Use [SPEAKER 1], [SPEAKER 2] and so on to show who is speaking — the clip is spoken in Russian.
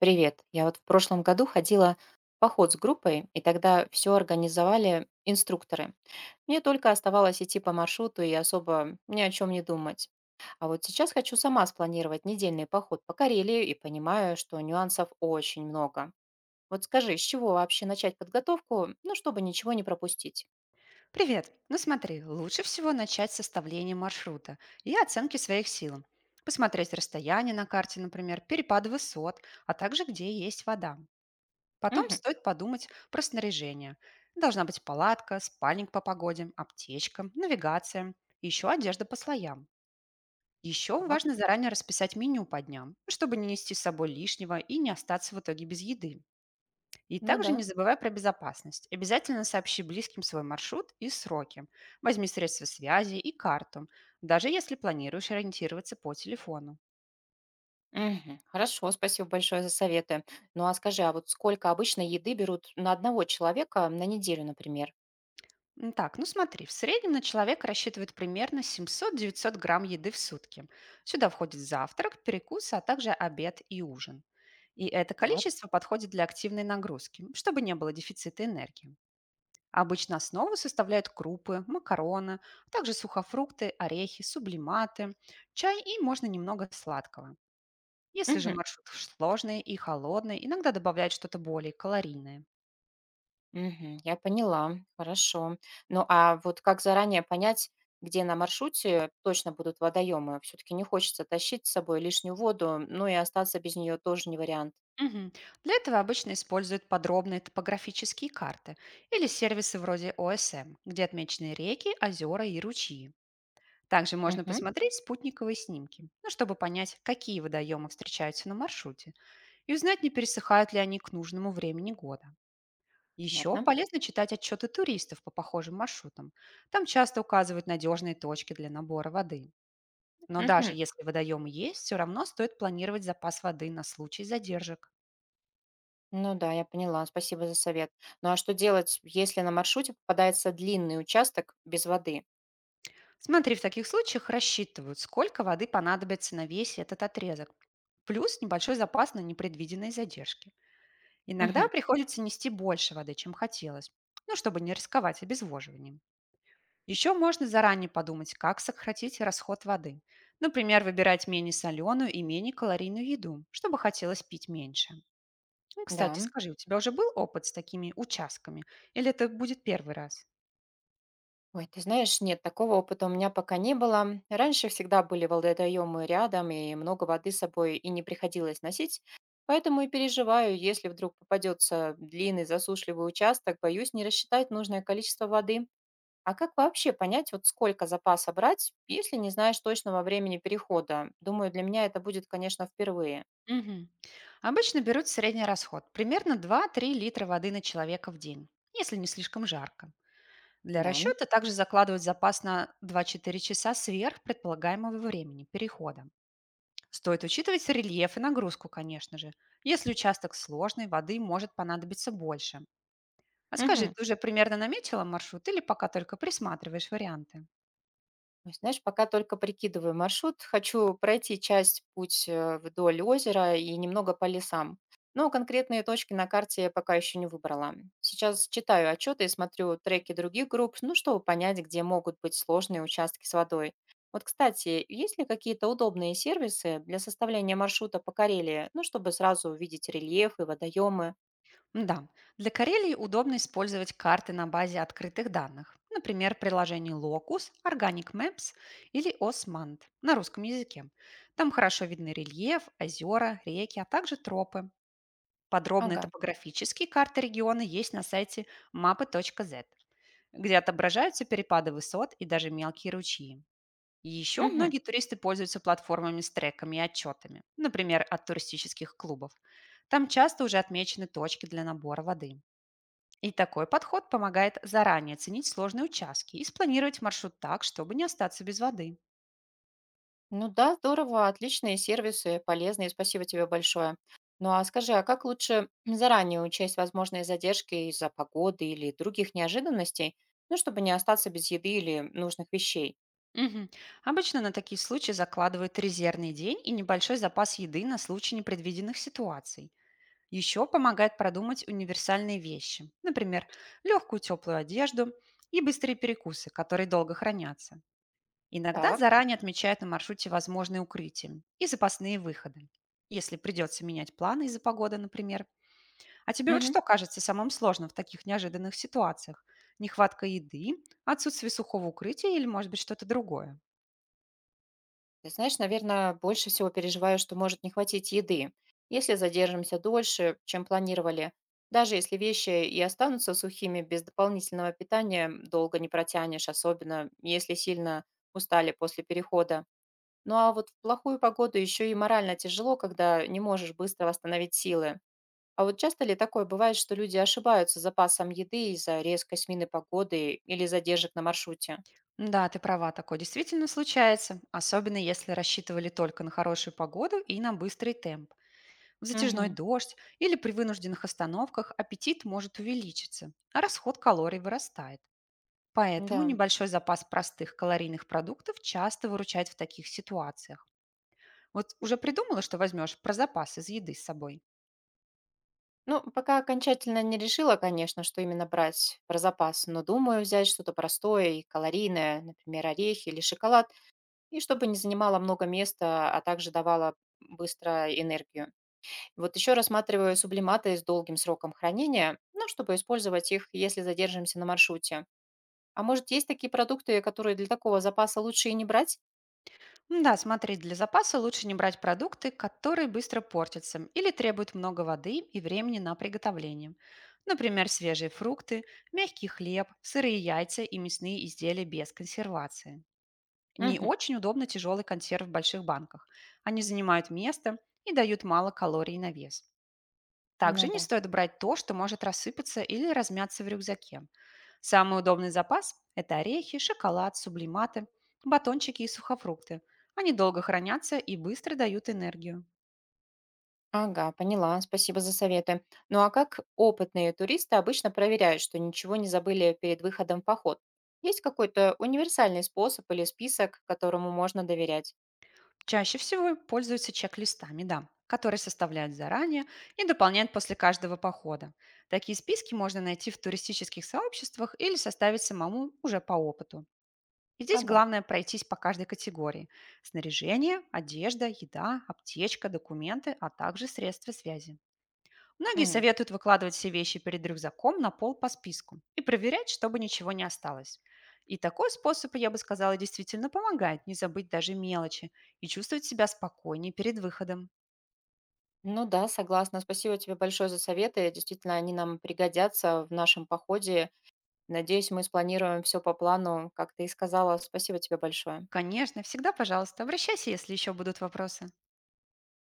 [SPEAKER 1] Привет. Я вот в прошлом году ходила в поход с группой, и тогда все организовали инструкторы. Мне только оставалось идти по маршруту и особо ни о чем не думать. А вот сейчас хочу сама спланировать недельный поход по Карелии и понимаю, что нюансов очень много. Вот скажи, с чего вообще начать подготовку, ну, чтобы ничего не пропустить?
[SPEAKER 2] Привет! Ну смотри, лучше всего начать с составления маршрута и оценки своих сил. Посмотреть расстояние на карте, например, перепад высот, а также где есть вода. Потом
[SPEAKER 1] Мгм.
[SPEAKER 2] стоит подумать про снаряжение. Должна быть палатка, спальник по погоде, аптечка, навигация, и еще одежда по слоям. Еще
[SPEAKER 1] Так,
[SPEAKER 2] важно заранее расписать меню по дням, чтобы не нести с собой лишнего и не остаться в итоге без еды. И
[SPEAKER 1] ну
[SPEAKER 2] также
[SPEAKER 1] да.
[SPEAKER 2] не забывай про безопасность. Обязательно сообщи близким свой маршрут и сроки. Возьми средства связи и карту, даже если планируешь ориентироваться по телефону.
[SPEAKER 1] Мгм. Хорошо, спасибо большое за советы. Ну а скажи, а вот сколько обычно еды берут на одного человека на неделю, например?
[SPEAKER 2] Так, ну смотри, в среднем на человека рассчитывают примерно 700-900 грамм еды в сутки. Сюда входит завтрак, перекус, а также обед и ужин. И это
[SPEAKER 1] Так.
[SPEAKER 2] количество подходит для активной нагрузки, чтобы не было дефицита энергии. Обычно основу составляют крупы, макароны, а также сухофрукты, орехи, сублиматы, чай и можно немного сладкого. Если же
[SPEAKER 1] Мгм.
[SPEAKER 2] маршрут сложный и холодный, иногда добавляют что-то более калорийное.
[SPEAKER 1] Мгм. Я поняла, хорошо. Ну, а вот как заранее понять, где на маршруте точно будут водоемы? Все-таки не хочется тащить с собой лишнюю воду, ну и остаться без нее тоже не вариант.
[SPEAKER 2] Мгм. Для этого обычно используют подробные топографические карты или сервисы вроде ОСМ, где отмечены реки, озера и ручьи. Также можно
[SPEAKER 1] Мгм.
[SPEAKER 2] посмотреть спутниковые снимки, ну, чтобы понять, какие водоемы встречаются на маршруте, и узнать, не пересыхают ли они к нужному времени года. Еще
[SPEAKER 1] Понятно.
[SPEAKER 2] полезно читать отчеты туристов по похожим маршрутам. Там часто указывают надежные точки для набора воды. Но даже
[SPEAKER 1] Мгм.
[SPEAKER 2] если водоемы есть, все равно стоит планировать запас воды на случай задержек.
[SPEAKER 1] Ну да, я поняла, спасибо за совет. Ну а что делать, если на маршруте попадается длинный участок без воды?
[SPEAKER 2] Смотри, в таких случаях рассчитывают, сколько воды понадобится на весь этот отрезок. Плюс небольшой запас на непредвиденные задержки. Иногда
[SPEAKER 1] Мгм.
[SPEAKER 2] приходится нести больше воды, чем хотелось, ну, чтобы не рисковать обезвоживанием. Еще можно заранее подумать, как сократить расход воды. Например, выбирать менее соленую и менее калорийную еду, чтобы хотелось пить меньше. Ну, кстати,
[SPEAKER 1] Да.
[SPEAKER 2] скажи, у тебя уже был опыт с такими участками? Или это будет первый раз?
[SPEAKER 1] Ой, ты знаешь, нет, такого опыта у меня пока не было. Раньше всегда были водоемы рядом, и много воды с собой и не приходилось носить. Поэтому и переживаю, если вдруг попадется длинный засушливый участок, боюсь не рассчитать нужное количество воды. А как вообще понять, вот сколько запаса брать, если не знаешь точного времени перехода? Думаю, для меня это будет, конечно, впервые.
[SPEAKER 2] Мгм. Обычно берут средний расход, примерно два-три литра воды на человека в день, если не слишком жарко. Для
[SPEAKER 1] Да.
[SPEAKER 2] расчета также закладывают запас на два-четыре часа сверх предполагаемого времени перехода. Стоит учитывать рельеф и нагрузку, конечно же. Если участок сложный, воды может понадобиться больше. А скажи,
[SPEAKER 1] Угу.
[SPEAKER 2] ты уже примерно наметила маршрут или пока только присматриваешь варианты?
[SPEAKER 1] Ой, знаешь, пока только прикидываю маршрут. Хочу пройти часть путь вдоль озера и немного по лесам. Но конкретные точки на карте я пока еще не выбрала. Сейчас читаю отчеты и смотрю треки других групп, ну, чтобы понять, где могут быть сложные участки с водой. Вот, кстати, есть ли какие-то удобные сервисы для составления маршрута по Карелии, ну, чтобы сразу увидеть рельеф и водоемы?
[SPEAKER 2] Да, для Карелии удобно использовать карты на базе открытых данных. Например, приложений Locus, Organic Maps или Osmand на русском языке. Там хорошо видны рельеф, озера, реки, а также тропы. Подробные
[SPEAKER 1] Ага.
[SPEAKER 2] топографические карты региона есть на сайте mapы.z, где отображаются перепады высот и даже мелкие ручьи. Еще
[SPEAKER 1] Мгм.
[SPEAKER 2] многие туристы пользуются платформами с треками и отчетами, например, от туристических клубов. Там часто уже отмечены точки для набора воды. И такой подход помогает заранее оценить сложные участки и спланировать маршрут так, чтобы не остаться без воды.
[SPEAKER 1] Ну да, здорово, отличные сервисы, полезные, спасибо тебе большое. Ну а скажи, а как лучше заранее учесть возможные задержки из-за погоды или других неожиданностей, ну, чтобы не остаться без еды или нужных вещей?
[SPEAKER 2] Мгм. Обычно на такие случаи закладывают резервный день и небольшой запас еды на случай непредвиденных ситуаций. Еще помогает продумать универсальные вещи, например, легкую теплую одежду и быстрые перекусы, которые долго хранятся. Иногда
[SPEAKER 1] Так,
[SPEAKER 2] заранее отмечают на маршруте возможные укрытия и запасные выходы, если придется менять планы из-за погоды, например. А тебе вот
[SPEAKER 1] мгм.
[SPEAKER 2] что кажется самым сложным в таких неожиданных ситуациях? Нехватка еды, отсутствие сухого укрытия или, может быть, что-то другое?
[SPEAKER 1] Ты знаешь, наверное, больше всего переживаю, что может не хватить еды, если задержимся дольше, чем планировали. Даже если вещи и останутся сухими, без дополнительного питания долго не протянешь, особенно если сильно устали после перехода. Ну а вот в плохую погоду еще и морально тяжело, когда не можешь быстро восстановить силы. А вот часто ли такое бывает, что люди ошибаются с запасом еды из-за резкой смены погоды или задержек на маршруте?
[SPEAKER 2] Да, ты права, такое действительно случается, особенно если рассчитывали только на хорошую погоду и на быстрый темп. В затяжной
[SPEAKER 1] Мгм.
[SPEAKER 2] дождь или при вынужденных остановках аппетит может увеличиться, а расход калорий вырастает. Поэтому
[SPEAKER 1] Да.
[SPEAKER 2] небольшой запас простых калорийных продуктов часто выручает в таких ситуациях. Вот уже придумала, что возьмешь про запас из еды с собой?
[SPEAKER 1] Ну, пока окончательно не решила, конечно, что именно брать про запас, но думаю взять что-то простое и калорийное, например, орехи или шоколад, и чтобы не занимало много места, а также давало быстро энергию. Вот еще рассматриваю сублиматы с долгим сроком хранения, ну, чтобы использовать их, если задержимся на маршруте. А может, есть такие продукты, которые для такого запаса лучше и не брать?
[SPEAKER 2] Да, смотри, для запаса лучше не брать продукты, которые быстро портятся или требуют много воды и времени на приготовление. Например, свежие фрукты, мягкий хлеб, сырые яйца и мясные изделия без консервации. Не
[SPEAKER 1] Мгм.
[SPEAKER 2] очень удобно тяжелый консерв в больших банках. Они занимают место и дают мало калорий на вес. Также
[SPEAKER 1] Ну
[SPEAKER 2] не
[SPEAKER 1] да.
[SPEAKER 2] стоит брать то, что может рассыпаться или размяться в рюкзаке. Самый удобный запас– это орехи, шоколад, сублиматы, батончики и сухофрукты. Они долго хранятся и быстро дают энергию.
[SPEAKER 1] Ага, поняла. Спасибо за советы. Ну а как опытные туристы обычно проверяют, что ничего не забыли перед выходом в поход? Есть какой-то универсальный способ или список, которому можно доверять?
[SPEAKER 2] Чаще всего пользуются чек-листами, да, которые составляют заранее и дополняют после каждого похода. Такие списки можно найти в туристических сообществах или составить самому уже по опыту. И здесь
[SPEAKER 1] Ага.
[SPEAKER 2] главное пройтись по каждой категории– снаряжение, одежда, еда, аптечка, документы, а также средства связи. Многие
[SPEAKER 1] Мгм.
[SPEAKER 2] советуют выкладывать все вещи перед рюкзаком на пол по списку и проверять, чтобы ничего не осталось. И такой способ, я бы сказала, действительно помогает не забыть даже мелочи и чувствовать себя спокойнее перед выходом.
[SPEAKER 1] Ну да, согласна. Спасибо тебе большое за советы. Действительно, они нам пригодятся в нашем походе. Надеюсь, мы спланируем все по плану, как ты и сказала. Спасибо тебе большое.
[SPEAKER 2] Конечно, всегда, пожалуйста, обращайся, если еще будут вопросы.